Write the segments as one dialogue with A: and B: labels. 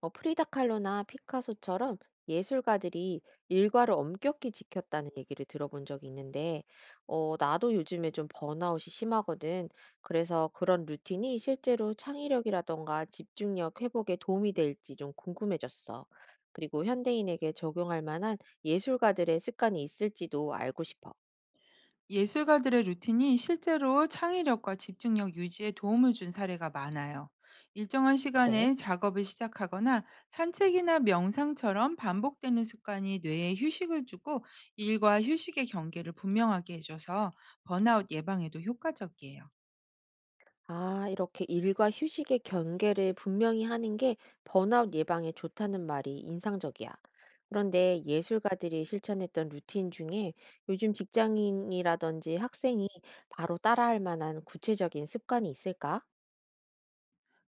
A: 프리다 칼로나 피카소처럼 예술가들이 일과를 엄격히 지켰다는 얘기를 들어본 적이 있는데, 나도 요즘에 좀 번아웃이 심하거든. 그래서 그런 루틴이 실제로 창의력이라던가 집중력 회복에 도움이 될지 좀 궁금해졌어. 그리고 현대인에게 적용할 만한 예술가들의 습관이 있을지도 알고 싶어.
B: 예술가들의 루틴이 실제로 창의력과 집중력 유지에 도움을 준 사례가 많아요. 일정한
A: 그래?
B: 시간에 작업을 시작하거나 산책이나 명상처럼 반복되는 습관이 뇌에 휴식을 주고 일과 휴식의 경계를 분명하게 해줘서 번아웃 예방에도 효과적이에요.
A: 아, 이렇게 일과 휴식의 경계를 분명히 하는 게 번아웃 예방에 좋다는 말이 인상적이야. 그런데 예술가들이 실천했던 루틴 중에 요즘 직장인이라든지 학생이 바로 따라할 만한 구체적인 습관이 있을까?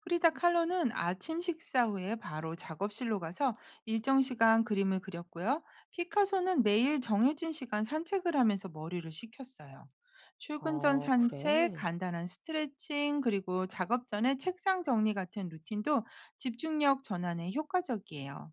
B: 프리다 칼로는 아침 식사 후에 바로 작업실로 가서 일정 시간 그림을 그렸고요. 피카소는 매일 정해진 시간 산책을 하면서 머리를 식혔어요. 출근 전
A: 아,
B: 산책,
A: 그래.
B: 간단한 스트레칭, 그리고 작업 전에 책상 정리 같은 루틴도 집중력 전환에 효과적이에요.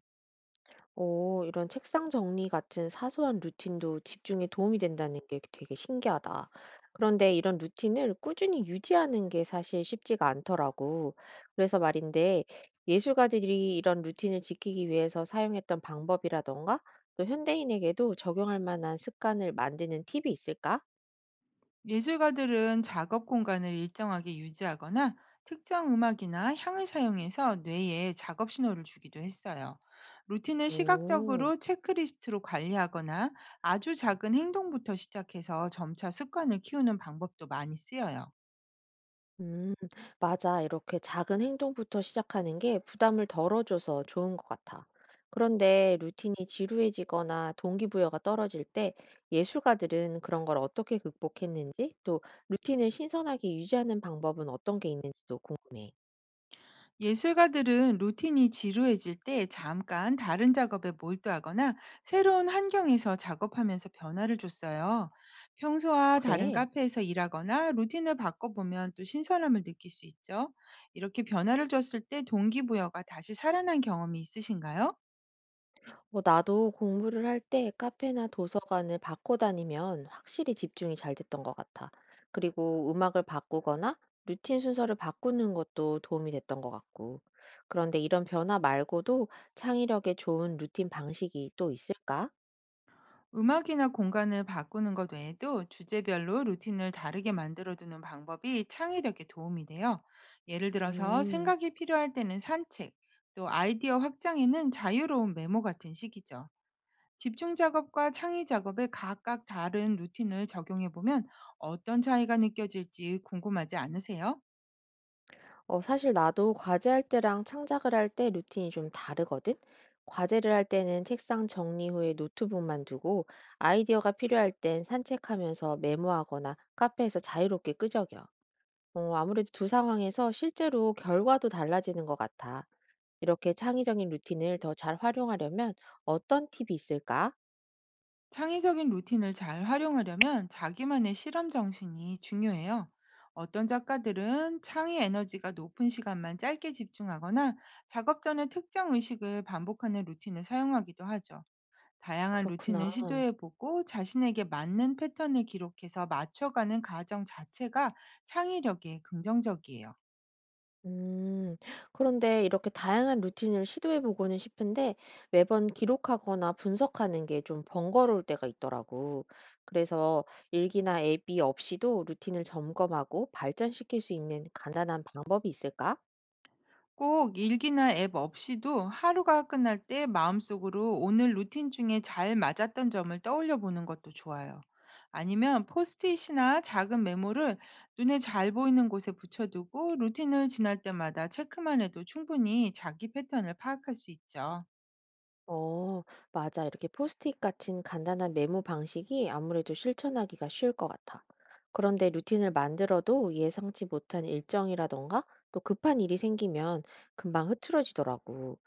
A: 오, 이런 책상 정리 같은 사소한 루틴도 집중에 도움이 된다는 게 되게 신기하다. 그런데 이런 루틴을 꾸준히 유지하는 게 사실 쉽지가 않더라고. 그래서 말인데, 예술가들이 이런 루틴을 지키기 위해서 사용했던 방법이라던가, 또 현대인에게도 적용할 만한 습관을 만드는 팁이 있을까?
B: 예술가들은 작업 공간을 일정하게 유지하거나 특정 음악이나 향을 사용해서 뇌에 작업 신호를 주기도 했어요. 루틴을
A: 오.
B: 시각적으로 체크리스트로 관리하거나 아주 작은 행동부터 시작해서 점차 습관을 키우는 방법도 많이 쓰여요.
A: 음, 맞아. 이렇게 작은 행동부터 시작하는 게 부담을 덜어줘서 좋은 것 같아. 그런데 루틴이 지루해지거나 동기부여가 떨어질 때 예술가들은 그런 걸 어떻게 극복했는지, 또 루틴을 신선하게 유지하는 방법은 어떤 게 있는지도 궁금해.
B: 예술가들은 루틴이 지루해질 때 잠깐 다른 작업에 몰두하거나 새로운 환경에서 작업하면서 변화를 줬어요. 평소와 다른
A: 그래.
B: 카페에서 일하거나 루틴을 바꿔보면 또 신선함을 느낄 수 있죠. 이렇게 변화를 줬을 때 동기부여가 다시 살아난 경험이 있으신가요?
A: 뭐 나도 공부를 할 때 카페나 도서관을 바꿔 다니면 확실히 집중이 잘 됐던 것 같아. 그리고 음악을 바꾸거나 루틴 순서를 바꾸는 것도 도움이 됐던 것 같고. 그런데 이런 변화 말고도 창의력에 좋은 루틴 방식이 또 있을까?
B: 음악이나 공간을 바꾸는 것 외에도 주제별로 루틴을 다르게 만들어두는 방법이 창의력에 도움이 돼요. 예를 들어서
A: 음.
B: 생각이 필요할 때는 산책, 또 아이디어 확장에는 자유로운 메모 같은 식이죠. 집중 작업과 창의 작업에 각각 다른 루틴을 적용해 보면 어떤 차이가 느껴질지 궁금하지 않으세요?
A: 사실 나도 과제할 때랑 창작을 할 때 루틴이 좀 다르거든? 과제를 할 때는 책상 정리 후에 노트북만 두고 아이디어가 필요할 땐 산책하면서 메모하거나 카페에서 자유롭게 끄적여. 아무래도 두 상황에서 실제로 결과도 달라지는 것 같아. 이렇게 창의적인 루틴을 더 잘 활용하려면 어떤 팁이 있을까?
B: 창의적인 루틴을 잘 활용하려면 자기만의 실험 정신이 중요해요. 어떤 작가들은 창의 에너지가 높은 시간만 짧게 집중하거나 작업 전에 특정 의식을 반복하는 루틴을 사용하기도 하죠. 다양한
A: 그렇구나.
B: 루틴을 시도해보고 자신에게 맞는 패턴을 기록해서 맞춰가는 과정 자체가 창의력에 긍정적이에요.
A: 음, 그런데 이렇게 다양한 루틴을 시도해 보고는 싶은데 매번 기록하거나 분석하는 게 좀 번거로울 때가 있더라고. 그래서 일기나 앱이 없이도 루틴을 점검하고 발전시킬 수 있는 간단한 방법이 있을까?
B: 꼭 일기나 앱 없이도 하루가 끝날 때 마음속으로 오늘 루틴 중에 잘 맞았던 점을 떠올려 보는 것도 좋아요. 아니면 포스트잇이나 작은 메모를 눈에 잘 보이는 곳에 붙여두고 루틴을 지날 때마다 체크만 해도 충분히 자기 패턴을 파악할 수 있죠.
A: 어, 맞아. 이렇게 포스트잇 같은 간단한 메모 방식이 아무래도 실천하기가 쉬울 것 같아. 그런데 루틴을 만들어도 예상치 못한 일정이라던가 또 급한 일이 생기면 금방 흐트러지더라고.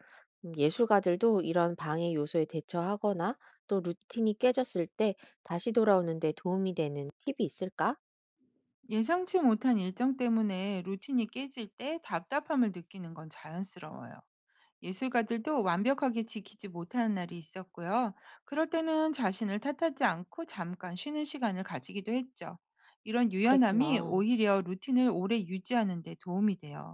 A: 예술가들도 이런 방해 요소에 대처하거나 또 루틴이 깨졌을 때 다시 돌아오는데 도움이 되는 팁이 있을까?
B: 예상치 못한 일정 때문에 루틴이 깨질 때 답답함을 느끼는 건 자연스러워요. 예술가들도 완벽하게 지키지 못하는 날이 있었고요. 그럴 때는 자신을 탓하지 않고 잠깐 쉬는 시간을 가지기도 했죠. 이런 유연함이
A: 그랬구나.
B: 오히려 루틴을 오래 유지하는 데 도움이 돼요.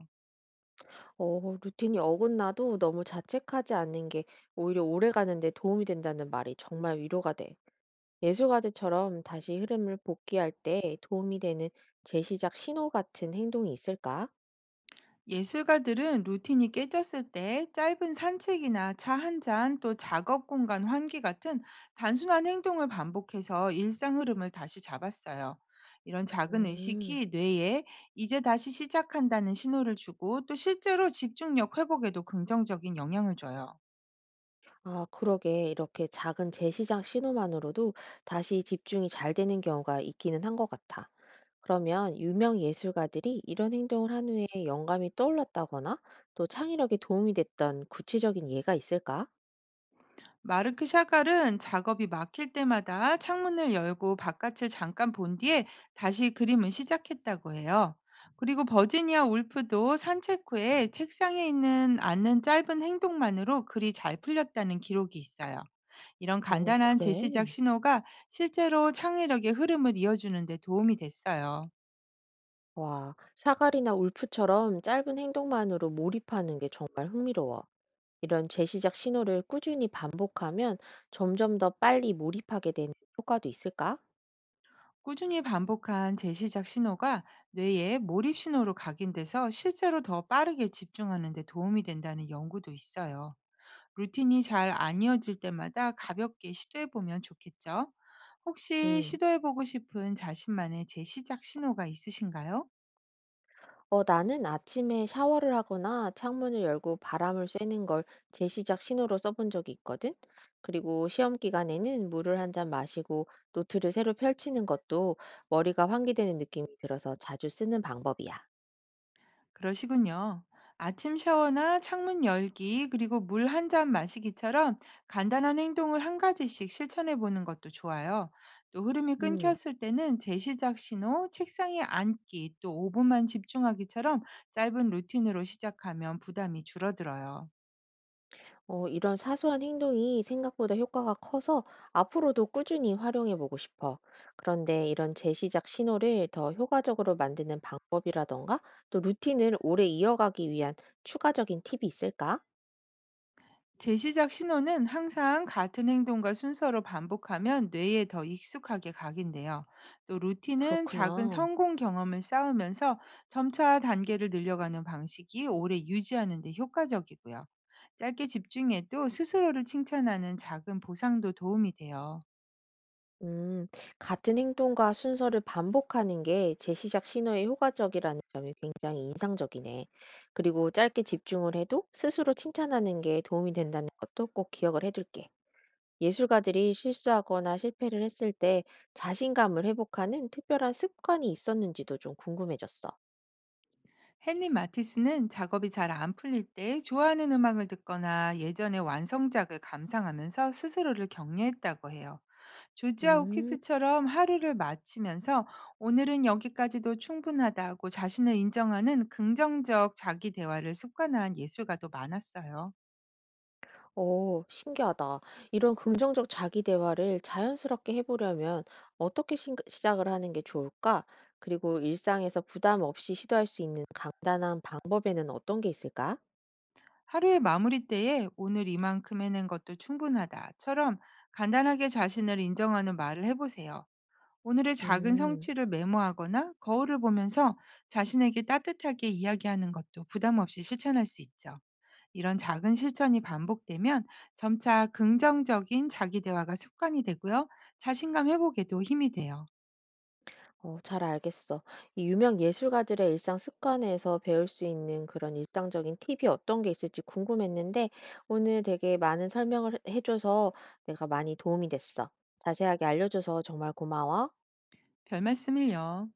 A: 루틴이 어긋나도 너무 자책하지 않는 게 오히려 오래 가는데 도움이 된다는 말이 정말 위로가 돼. 예술가들처럼 다시 흐름을 복귀할 때 도움이 되는 재시작 신호 같은 행동이 있을까?
B: 예술가들은 루틴이 깨졌을 때 짧은 산책이나 차 한 잔, 또 작업 공간 환기 같은 단순한 행동을 반복해서 일상 흐름을 다시 잡았어요. 이런 작은
A: 음,
B: 의식이 뇌에 이제 다시 시작한다는 신호를 주고 또 실제로 집중력 회복에도 긍정적인 영향을 줘요.
A: 아, 그러게. 이렇게 작은 재시작 신호만으로도 다시 집중이 잘 되는 경우가 있기는 한 것 같아. 그러면 유명 예술가들이 이런 행동을 한 후에 영감이 떠올랐다거나 또 창의력에 도움이 됐던 구체적인 예가 있을까?
B: 마르크 샤갈은 작업이 막힐 때마다 창문을 열고 바깥을 잠깐 본 뒤에 다시 그림을 시작했다고 해요. 그리고 버지니아 울프도 산책 후에 책상에 있는 앉는 짧은 행동만으로 글이 잘 풀렸다는 기록이 있어요. 이런 간단한
A: 그래.
B: 재시작 신호가 실제로 창의력의 흐름을 이어주는 데 도움이 됐어요.
A: 와, 샤갈이나 울프처럼 짧은 행동만으로 몰입하는 게 정말 흥미로워. 이런 재시작 신호를 꾸준히 반복하면 점점 더 빨리 몰입하게 되는 효과도 있을까?
B: 꾸준히 반복한 재시작 신호가 뇌의 몰입 신호로 각인돼서 실제로 더 빠르게 집중하는 데 도움이 된다는 연구도 있어요. 루틴이 잘 안 이어질 때마다 가볍게 시도해 보면 좋겠죠? 혹시
A: 음.
B: 시도해 보고 싶은 자신만의 재시작 신호가 있으신가요?
A: 나는 아침에 샤워를 하거나 창문을 열고 바람을 쐬는 걸 재시작 신호로 써본 적이 있거든. 그리고 시험 기간에는 물을 한 잔 마시고 노트를 새로 펼치는 것도 머리가 환기되는 느낌이 들어서 자주 쓰는 방법이야.
B: 그러시군요. 아침 샤워나 창문 열기, 그리고 물 한 잔 마시기처럼 간단한 행동을 한 가지씩 실천해 보는 것도 좋아요. 또 흐름이
A: 음.
B: 끊겼을 때는 재시작 신호, 책상에 앉기, 또 5분만 집중하기처럼 짧은 루틴으로 시작하면 부담이 줄어들어요.
A: 이런 사소한 행동이 생각보다 효과가 커서 앞으로도 꾸준히 활용해 보고 싶어. 그런데 이런 재시작 신호를 더 효과적으로 만드는 방법이라던가 또 루틴을 오래 이어가기 위한 추가적인 팁이 있을까?
B: 재시작 신호는 항상 같은 행동과 순서로 반복하면 뇌에 더 익숙하게 각인돼요. 또 루틴은 작은
A: 그렇구나.
B: 성공 경험을 쌓으면서 점차 단계를 늘려가는 방식이 오래 유지하는 데 효과적이고요. 짧게 집중해도 스스로를 칭찬하는 작은 보상도 도움이 돼요.
A: 음, 같은 행동과 순서를 반복하는 게 재시작 신호에 효과적이라는 점이 굉장히 인상적이네. 그리고 짧게 집중을 해도 스스로 칭찬하는 게 도움이 된다는 것도 꼭 기억을 해둘게. 예술가들이 실수하거나 실패를 했을 때 자신감을 회복하는 특별한 습관이 있었는지도 좀 궁금해졌어.
B: 헨리 마티스는 작업이 잘 안 풀릴 때 좋아하는 음악을 듣거나 예전의 완성작을 감상하면서 스스로를 격려했다고 해요. 조지아우
A: 음,
B: 퀴프처럼 하루를 마치면서 오늘은 여기까지도 충분하다고 자신을 인정하는 긍정적 자기 대화를 습관화한 예술가도 많았어요.
A: 오 신기하다. 이런 긍정적 자기 대화를 자연스럽게 해보려면 어떻게 시작을 하는 게 좋을까? 그리고 일상에서 부담 없이 시도할 수 있는 간단한 방법에는 어떤 게 있을까?
B: 하루의 마무리 때에 오늘 이만큼 해낸 것도 충분하다처럼 간단하게 자신을 인정하는 말을 해보세요. 오늘의 작은
A: 음.
B: 성취를 메모하거나 거울을 보면서 자신에게 따뜻하게 이야기하는 것도 부담 없이 실천할 수 있죠. 이런 작은 실천이 반복되면 점차 긍정적인 자기 대화가 습관이 되고요. 자신감 회복에도 힘이 돼요.
A: 잘 알겠어. 이 유명 예술가들의 일상 습관에서 배울 수 있는 그런 일상적인 팁이 어떤 게 있을지 궁금했는데, 오늘 되게 많은 설명을 해줘서 내가 많이 도움이 됐어. 자세하게 알려줘서 정말 고마워.
B: 별 말씀을요.